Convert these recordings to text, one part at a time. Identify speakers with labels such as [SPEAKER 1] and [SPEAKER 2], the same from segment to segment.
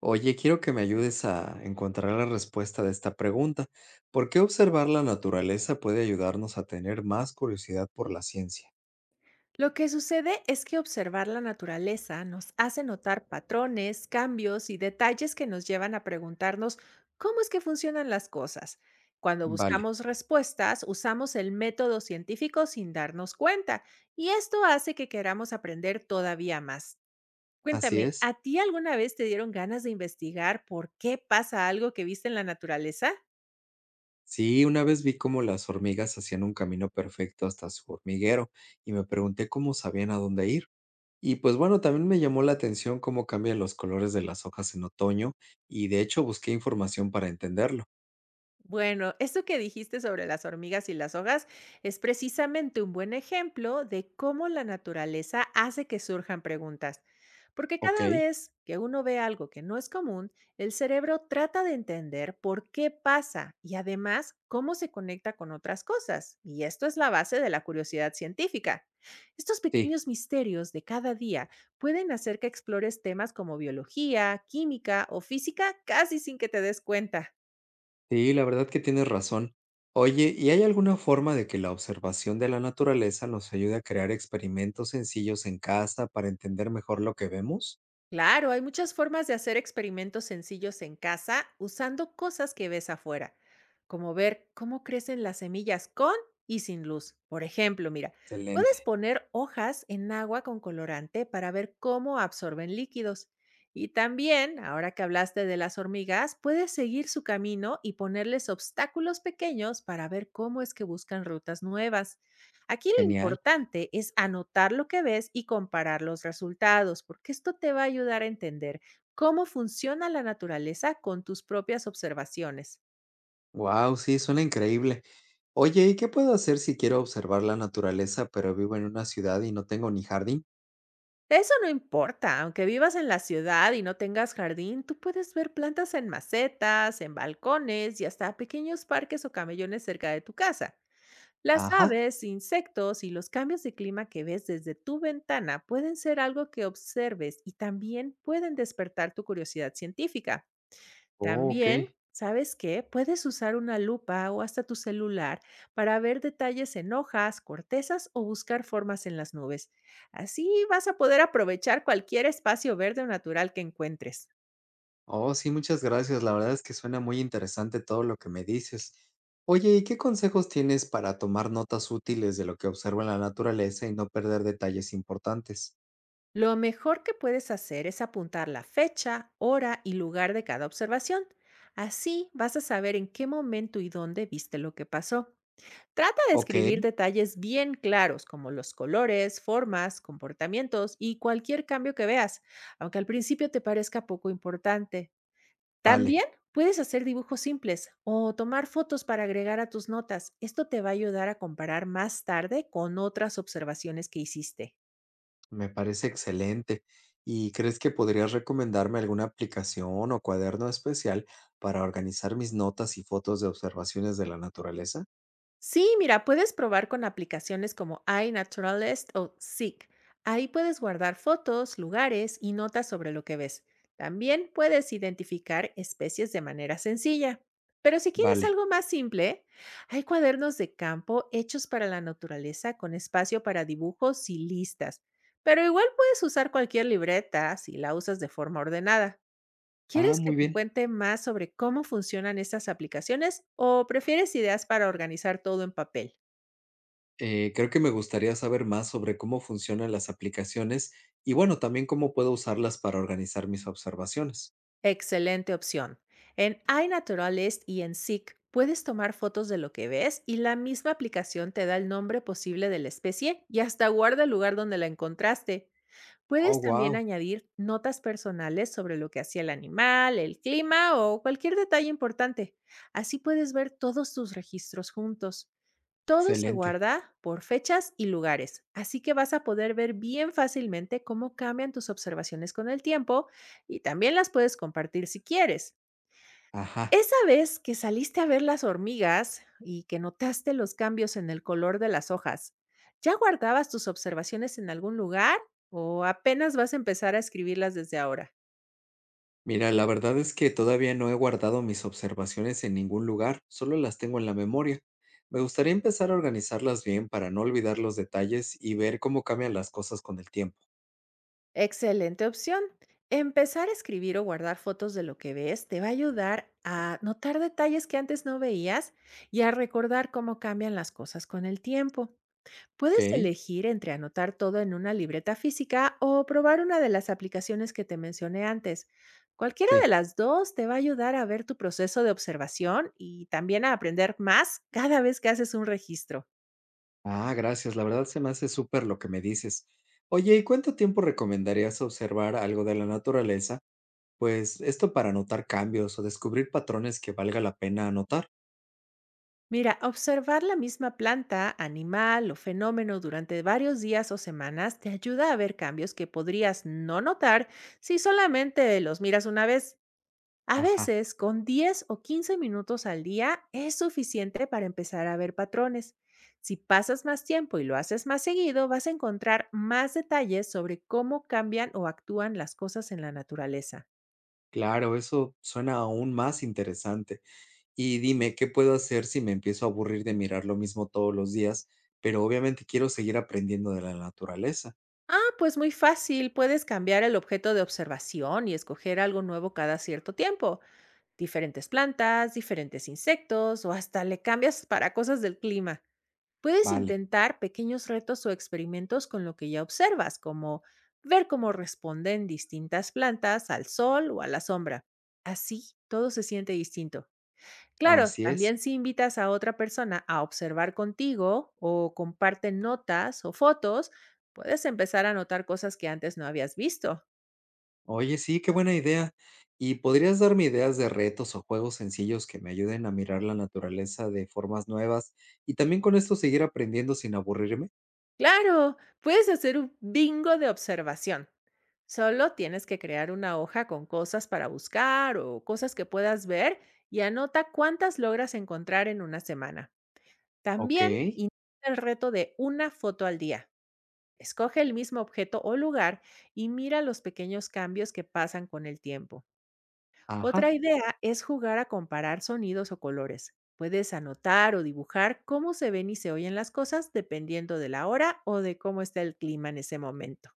[SPEAKER 1] Oye, quiero que me ayudes a encontrar la respuesta de esta pregunta. ¿Por qué observar la naturaleza puede ayudarnos a tener más curiosidad por la ciencia?
[SPEAKER 2] Lo que sucede es que observar la naturaleza nos hace notar patrones, cambios y detalles que nos llevan a preguntarnos cómo es que funcionan las cosas. Cuando
[SPEAKER 1] Vale,
[SPEAKER 2] buscamos respuestas, usamos el método científico sin darnos cuenta, y esto hace que queramos aprender todavía más.
[SPEAKER 1] así
[SPEAKER 2] Cuéntame,
[SPEAKER 1] es.
[SPEAKER 2] ¿a ti alguna vez te dieron ganas de investigar por qué pasa algo que viste en la naturaleza?
[SPEAKER 1] Sí, una vez vi cómo las hormigas hacían un camino perfecto hasta su hormiguero y me pregunté cómo sabían a dónde ir. Y pues, también me llamó la atención cómo cambian los colores de las hojas en otoño y de hecho busqué información para entenderlo.
[SPEAKER 2] Bueno, esto que dijiste sobre las hormigas y las hojas es precisamente un buen ejemplo de cómo la naturaleza hace que surjan preguntas. Porque
[SPEAKER 1] Ok,
[SPEAKER 2] cada vez que uno ve algo que no es común, el cerebro trata de entender por qué pasa y además cómo se conecta con otras cosas. Y esto es la base de la curiosidad científica. Estos
[SPEAKER 1] sí.
[SPEAKER 2] pequeños misterios de cada día pueden hacer que explores temas como biología, química o física casi sin que te des cuenta.
[SPEAKER 1] Sí, la verdad que tienes razón. Oye, ¿y hay alguna forma de que la observación de la naturaleza nos ayude a crear experimentos sencillos en casa para entender mejor lo que vemos?
[SPEAKER 2] Claro, hay muchas formas de hacer experimentos sencillos en casa usando cosas que ves afuera, como ver cómo crecen las semillas con y sin luz. Por ejemplo, mira, puedes
[SPEAKER 1] Excelente.
[SPEAKER 2] poner hojas en agua con colorante para ver cómo absorben líquidos. Y también, ahora que hablaste de las hormigas, puedes seguir su camino y ponerles obstáculos pequeños para ver cómo es que buscan rutas nuevas. Aquí lo
[SPEAKER 1] Genial.
[SPEAKER 2] importante es anotar lo que ves y comparar los resultados, porque esto te va a ayudar a entender cómo funciona la naturaleza con tus propias observaciones.
[SPEAKER 1] Wow, sí, suena increíble. Oye, ¿y qué puedo hacer si quiero observar la naturaleza, pero vivo en una ciudad y no tengo ni jardín?
[SPEAKER 2] Eso no importa, aunque vivas en la ciudad y no tengas jardín, tú puedes ver plantas en macetas, en balcones y hasta pequeños parques o camellones cerca de tu casa. Las
[SPEAKER 1] Ajá.
[SPEAKER 2] aves, insectos y los cambios de clima que ves desde tu ventana pueden ser algo que observes y también pueden despertar tu curiosidad científica.
[SPEAKER 1] Oh, ok.
[SPEAKER 2] También, ¿sabes qué? Puedes usar una lupa o hasta tu celular para ver detalles en hojas, cortezas o buscar formas en las nubes. Así vas a poder aprovechar cualquier espacio verde o natural que encuentres.
[SPEAKER 1] Oh, sí, muchas gracias. La verdad es que suena muy interesante todo lo que me dices. Oye, ¿y qué consejos tienes para tomar notas útiles de lo que observo en la naturaleza y no perder detalles importantes?
[SPEAKER 2] Lo mejor que puedes hacer es apuntar la fecha, hora y lugar de cada observación. Así vas a saber en qué momento y dónde viste lo que pasó. Trata de
[SPEAKER 1] Ok,
[SPEAKER 2] escribir detalles bien claros como los colores, formas, comportamientos y cualquier cambio que veas, aunque al principio te parezca poco importante.
[SPEAKER 1] vale,
[SPEAKER 2] También puedes hacer dibujos simples o tomar fotos para agregar a tus notas. Esto te va a ayudar a comparar más tarde con otras observaciones que hiciste.
[SPEAKER 1] me parece excelente. ¿Y crees que podrías recomendarme alguna aplicación o cuaderno especial para organizar mis notas y fotos de observaciones de la naturaleza?
[SPEAKER 2] Sí, mira, puedes probar con aplicaciones como iNaturalist o Seek. Ahí puedes guardar fotos, lugares y notas sobre lo que ves. También puedes identificar especies de manera sencilla. Pero si quieres
[SPEAKER 1] Vale.
[SPEAKER 2] algo más simple, hay cuadernos de campo hechos para la naturaleza con espacio para dibujos y listas. Pero igual puedes usar cualquier libreta si la usas de forma ordenada.
[SPEAKER 1] Ah,
[SPEAKER 2] ¿Quieres que
[SPEAKER 1] muy
[SPEAKER 2] te
[SPEAKER 1] bien.
[SPEAKER 2] cuente más sobre cómo funcionan estas aplicaciones o prefieres ideas para organizar todo en papel?
[SPEAKER 1] Creo que me gustaría saber más sobre cómo funcionan las aplicaciones y bueno, también cómo puedo usarlas para organizar mis observaciones.
[SPEAKER 2] Excelente opción. En iNaturalist y en Seek puedes tomar fotos de lo que ves y la misma aplicación te da el nombre posible de la especie y hasta guarda el lugar donde la encontraste.
[SPEAKER 1] Oh,
[SPEAKER 2] Puedes también
[SPEAKER 1] wow,
[SPEAKER 2] añadir notas personales sobre lo que hacía el animal, el clima o cualquier detalle importante. Así puedes ver todos tus registros juntos. Todo se
[SPEAKER 1] excelente.
[SPEAKER 2] guarda por fechas y lugares, así que vas a poder ver bien fácilmente cómo cambian tus observaciones con el tiempo y también las puedes compartir si quieres.
[SPEAKER 1] Ajá.
[SPEAKER 2] Esa vez que saliste a ver las hormigas y que notaste los cambios en el color de las hojas, ¿ya guardabas tus observaciones en algún lugar o apenas vas a empezar a escribirlas desde ahora?
[SPEAKER 1] Mira, la verdad es que todavía no he guardado mis observaciones en ningún lugar, solo las tengo en la memoria. Me gustaría empezar a organizarlas bien para no olvidar los detalles y ver cómo cambian las cosas con el tiempo.
[SPEAKER 2] Excelente opción. Empezar a escribir o guardar fotos de lo que ves te va a ayudar a notar detalles que antes no veías y a recordar cómo cambian las cosas con el tiempo.
[SPEAKER 1] ¿Ok?
[SPEAKER 2] Puedes elegir entre anotar todo en una libreta física o probar una de las aplicaciones que te mencioné antes. Cualquiera de
[SPEAKER 1] Sí.
[SPEAKER 2] las dos te va a ayudar a ver tu proceso de observación y también a aprender más cada vez que haces un registro.
[SPEAKER 1] Ah, gracias. La verdad se me hace súper lo que me dices. Oye, ¿y cuánto tiempo recomendarías observar algo de la naturaleza? Pues esto para notar cambios o descubrir patrones que valga la pena anotar.
[SPEAKER 2] Mira, observar la misma planta, animal o fenómeno durante varios días o semanas te ayuda a ver cambios que podrías no notar si solamente los miras una vez. A
[SPEAKER 1] Ajá.
[SPEAKER 2] veces, con 10 o 15 minutos al día es suficiente para empezar a ver patrones. Si pasas más tiempo y lo haces más seguido, vas a encontrar más detalles sobre cómo cambian o actúan las cosas en la naturaleza.
[SPEAKER 1] Claro, eso suena aún más interesante. Y dime, ¿qué puedo hacer si me empiezo a aburrir de mirar lo mismo todos los días? Pero obviamente quiero seguir aprendiendo de la naturaleza.
[SPEAKER 2] Ah, pues muy fácil. Puedes cambiar el objeto de observación y escoger algo nuevo cada cierto tiempo. Diferentes plantas, diferentes insectos o hasta le cambias para cosas del clima. Puedes
[SPEAKER 1] Vale,
[SPEAKER 2] intentar pequeños retos o experimentos con lo que ya observas, como ver cómo responden distintas plantas al sol o a la sombra. Así todo se siente distinto. Claro,
[SPEAKER 1] así es.
[SPEAKER 2] también si invitas a otra persona a observar contigo o comparten notas o fotos, puedes empezar a notar cosas que antes no habías visto.
[SPEAKER 1] Oye, sí, qué buena idea. ¿Y podrías darme ideas de retos o juegos sencillos que me ayuden a mirar la naturaleza de formas nuevas y también con esto seguir aprendiendo sin aburrirme?
[SPEAKER 2] Claro, puedes hacer un bingo de observación. Solo tienes que crear una hoja con cosas para buscar o cosas que puedas ver y anota cuántas logras encontrar en una semana.
[SPEAKER 1] Ok,
[SPEAKER 2] También intenta el reto de una foto al día. Escoge el mismo objeto o lugar y mira los pequeños cambios que pasan con el tiempo. Otra
[SPEAKER 1] ajá.
[SPEAKER 2] idea es jugar a comparar sonidos o colores. Puedes anotar o dibujar cómo se ven y se oyen las cosas dependiendo de la hora o de cómo está el clima en ese momento.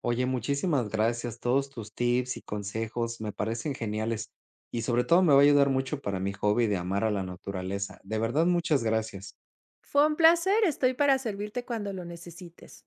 [SPEAKER 1] Oye, muchísimas gracias. Todos tus tips y consejos me parecen geniales y sobre todo me va a ayudar mucho para mi hobby de amar a la naturaleza. De verdad, muchas gracias.
[SPEAKER 2] Fue un placer, estoy para servirte cuando lo necesites.